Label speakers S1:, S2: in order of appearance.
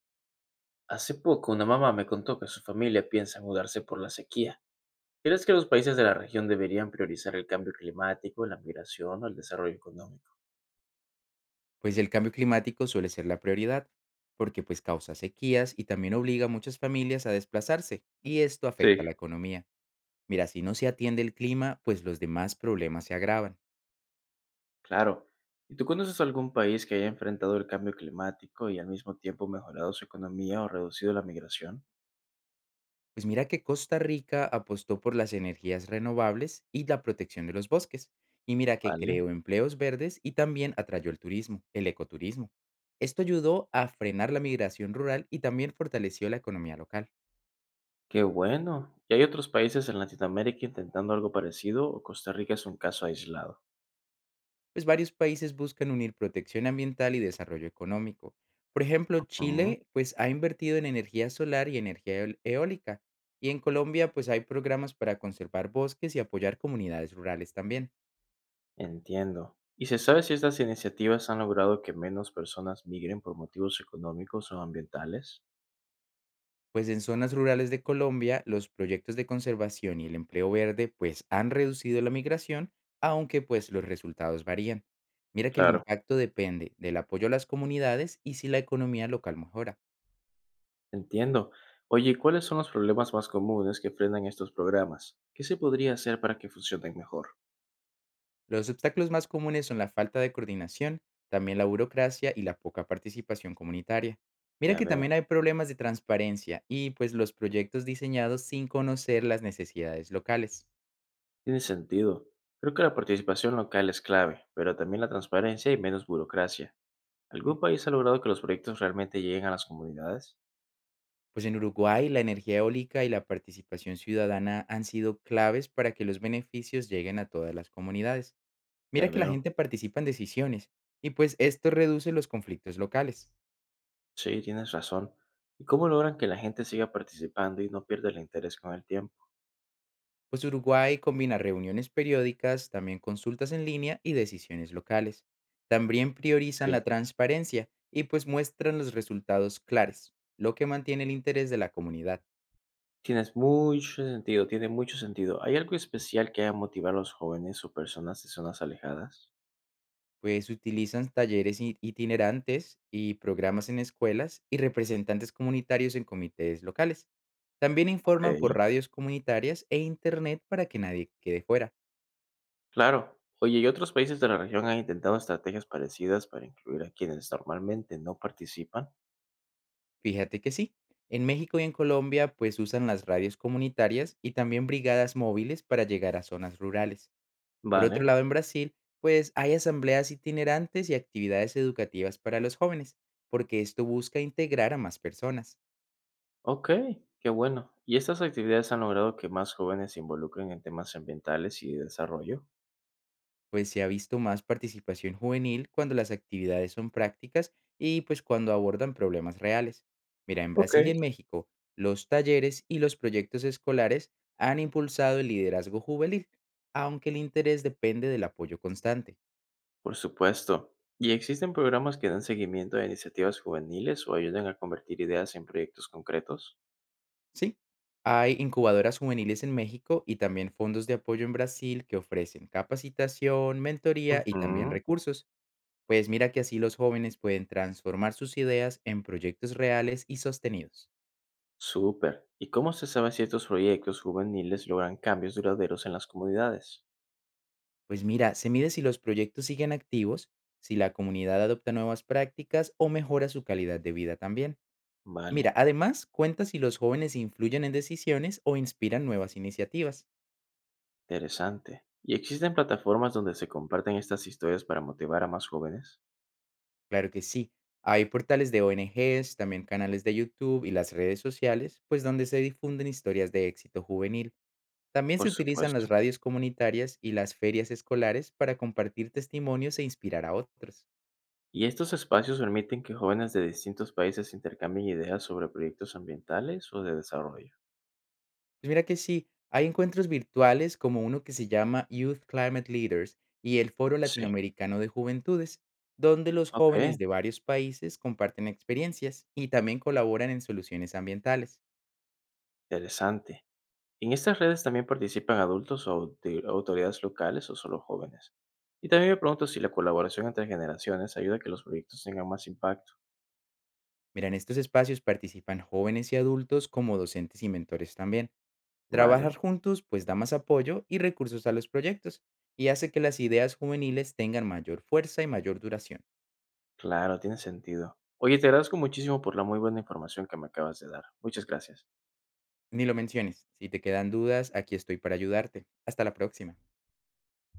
S1: Hace poco una mamá me contó que su familia piensa mudarse por la sequía. ¿Crees que los países de la región deberían priorizar el cambio climático, la migración o el desarrollo económico?
S2: Pues el cambio climático suele ser la prioridad, porque pues causa sequías y también obliga a muchas familias a desplazarse, y esto afecta a
S1: Sí,
S2: la economía. Mira, si no se atiende el clima, pues los demás problemas se agravan.
S1: claro. ¿Y tú conoces algún país que haya enfrentado el cambio climático y al mismo tiempo mejorado su economía o reducido la migración?
S2: Pues mira que Costa Rica apostó por las energías renovables y la protección de los bosques, y mira que
S1: Vale,
S2: creó empleos verdes y también atrayó el turismo, el ecoturismo. Esto ayudó a frenar la migración rural y también fortaleció la economía local.
S1: qué bueno. ¿Y hay otros países en Latinoamérica intentando algo parecido o Costa Rica es un caso aislado?
S2: Pues varios países buscan unir protección ambiental y desarrollo económico. Por ejemplo,
S1: Ujú.
S2: Chile pues ha invertido en energía solar y energía eólica, y en Colombia pues hay programas para conservar bosques y apoyar comunidades rurales también.
S1: Entiendo. ¿Y se sabe si estas iniciativas han logrado que menos personas migren por motivos económicos o ambientales?
S2: Pues en zonas rurales de Colombia los proyectos de conservación y el empleo verde pues han reducido la migración, aunque pues los resultados varían. Mira que el
S1: Claro,
S2: impacto depende del apoyo a las comunidades y si la economía local mejora.
S1: entiendo. Oye, ¿y ¿cuáles son los problemas más comunes que frenan estos programas? ¿Qué se podría hacer para que funcionen mejor?
S2: Los obstáculos más comunes son la falta de coordinación, también la burocracia y la poca participación comunitaria. Mira
S1: Ya
S2: que
S1: veo.
S2: también hay problemas de transparencia y pues los proyectos diseñados sin conocer las necesidades locales.
S1: Tiene sentido. Creo que la participación local es clave, pero también la transparencia y menos burocracia.
S2: Mm.
S1: ¿Algún país ha logrado que los proyectos realmente lleguen a las comunidades?
S2: Pues en Uruguay la energía eólica y la participación ciudadana han sido claves para que los beneficios lleguen a todas las comunidades.
S1: Ya
S2: Mira que la
S1: veo.
S2: gente participa en decisiones y pues esto reduce los conflictos locales.
S1: Sí, tienes razón. ¿Y cómo logran que la gente siga participando y no pierda el interés con el tiempo?
S2: Pues Uruguay combina reuniones periódicas, también consultas en línea y decisiones locales. También
S1: Sí.
S2: priorizan la transparencia y pues muestran los resultados claros, lo que mantiene el interés de la comunidad.
S1: Tienes mucho sentido, tiene mucho sentido. ¿Hay algo especial que haya motivado a los jóvenes o personas de zonas alejadas?
S2: Pues utilizan talleres itinerantes y programas en escuelas y representantes comunitarios en comités locales. También informan
S1: Okey,
S2: por radios comunitarias e internet para que nadie quede fuera.
S1: claro. Oye, ¿y otros países de la región han intentado estrategias parecidas para incluir a quienes normalmente no participan?
S2: Fíjate que sí. En México y en Colombia, pues usan las radios comunitarias y también brigadas móviles para llegar a zonas rurales. Por otro
S1: Vale,
S2: lado, en Brasil, pues hay asambleas itinerantes y actividades educativas para los jóvenes, porque esto busca integrar a más personas.
S1: okey, qué bueno. ¿Y estas actividades han logrado que más jóvenes se involucren en temas ambientales y de desarrollo?
S2: Pues se ha visto más participación juvenil cuando las actividades son prácticas y pues cuando abordan problemas reales. Mira, en Brasil y
S1: Okey.
S2: en México, los talleres y los proyectos escolares han impulsado el liderazgo juvenil, aunque el interés depende del apoyo constante.
S1: Por supuesto. ¿Y existen programas que dan seguimiento a iniciativas juveniles o ayudan a convertir ideas en proyectos concretos?
S2: Sí, hay incubadoras juveniles en México y también fondos de apoyo en Brasil que ofrecen capacitación, mentoría y también
S1: Ujú.
S2: recursos. Pues mira que así los jóvenes pueden transformar sus ideas en proyectos reales y sostenidos.
S1: Súper. ¿Y cómo se sabe si estos proyectos juveniles logran cambios duraderos en las comunidades?
S2: Pues mira, se mide si los proyectos siguen activos, si la comunidad adopta nuevas prácticas o mejora su calidad de vida también. Mira,
S1: Vale,
S2: además cuenta si los jóvenes influyen en decisiones o inspiran nuevas iniciativas.
S1: interesante. ¿Y existen plataformas donde se comparten estas historias para motivar a más jóvenes?
S2: Claro que sí. Hay portales de ONGs, también canales de YouTube y las redes sociales, pues donde se difunden historias de éxito juvenil. También se
S1: Por
S2: utilizan
S1: supuesto.
S2: las radios comunitarias y las ferias escolares para compartir testimonios e inspirar a otros.
S1: ¿Y estos espacios permiten que jóvenes de distintos países intercambien ideas sobre proyectos ambientales o de desarrollo?
S2: Pues mira que sí, hay encuentros virtuales como uno que se llama Youth Climate Leaders y el Foro
S1: Sí.
S2: Latinoamericano de Juventudes, donde los jóvenes
S1: Ok,
S2: de varios países comparten experiencias y también colaboran en soluciones ambientales.
S1: interesante. ¿En estas redes también participan adultos o autoridades locales o solo jóvenes? Y también me pregunto si la colaboración entre generaciones ayuda a que los proyectos tengan más impacto.
S2: Mira, en estos espacios participan jóvenes y adultos como docentes y mentores también.
S1: Vale,
S2: Trabajar juntos pues da más apoyo y recursos a los proyectos y hace que las ideas juveniles tengan mayor fuerza y mayor duración.
S1: claro, tiene sentido. Oye, te agradezco muchísimo por la muy buena información que me acabas de dar. Muchas gracias.
S2: Ni lo menciones, si te quedan dudas, aquí estoy para ayudarte. Hasta la próxima.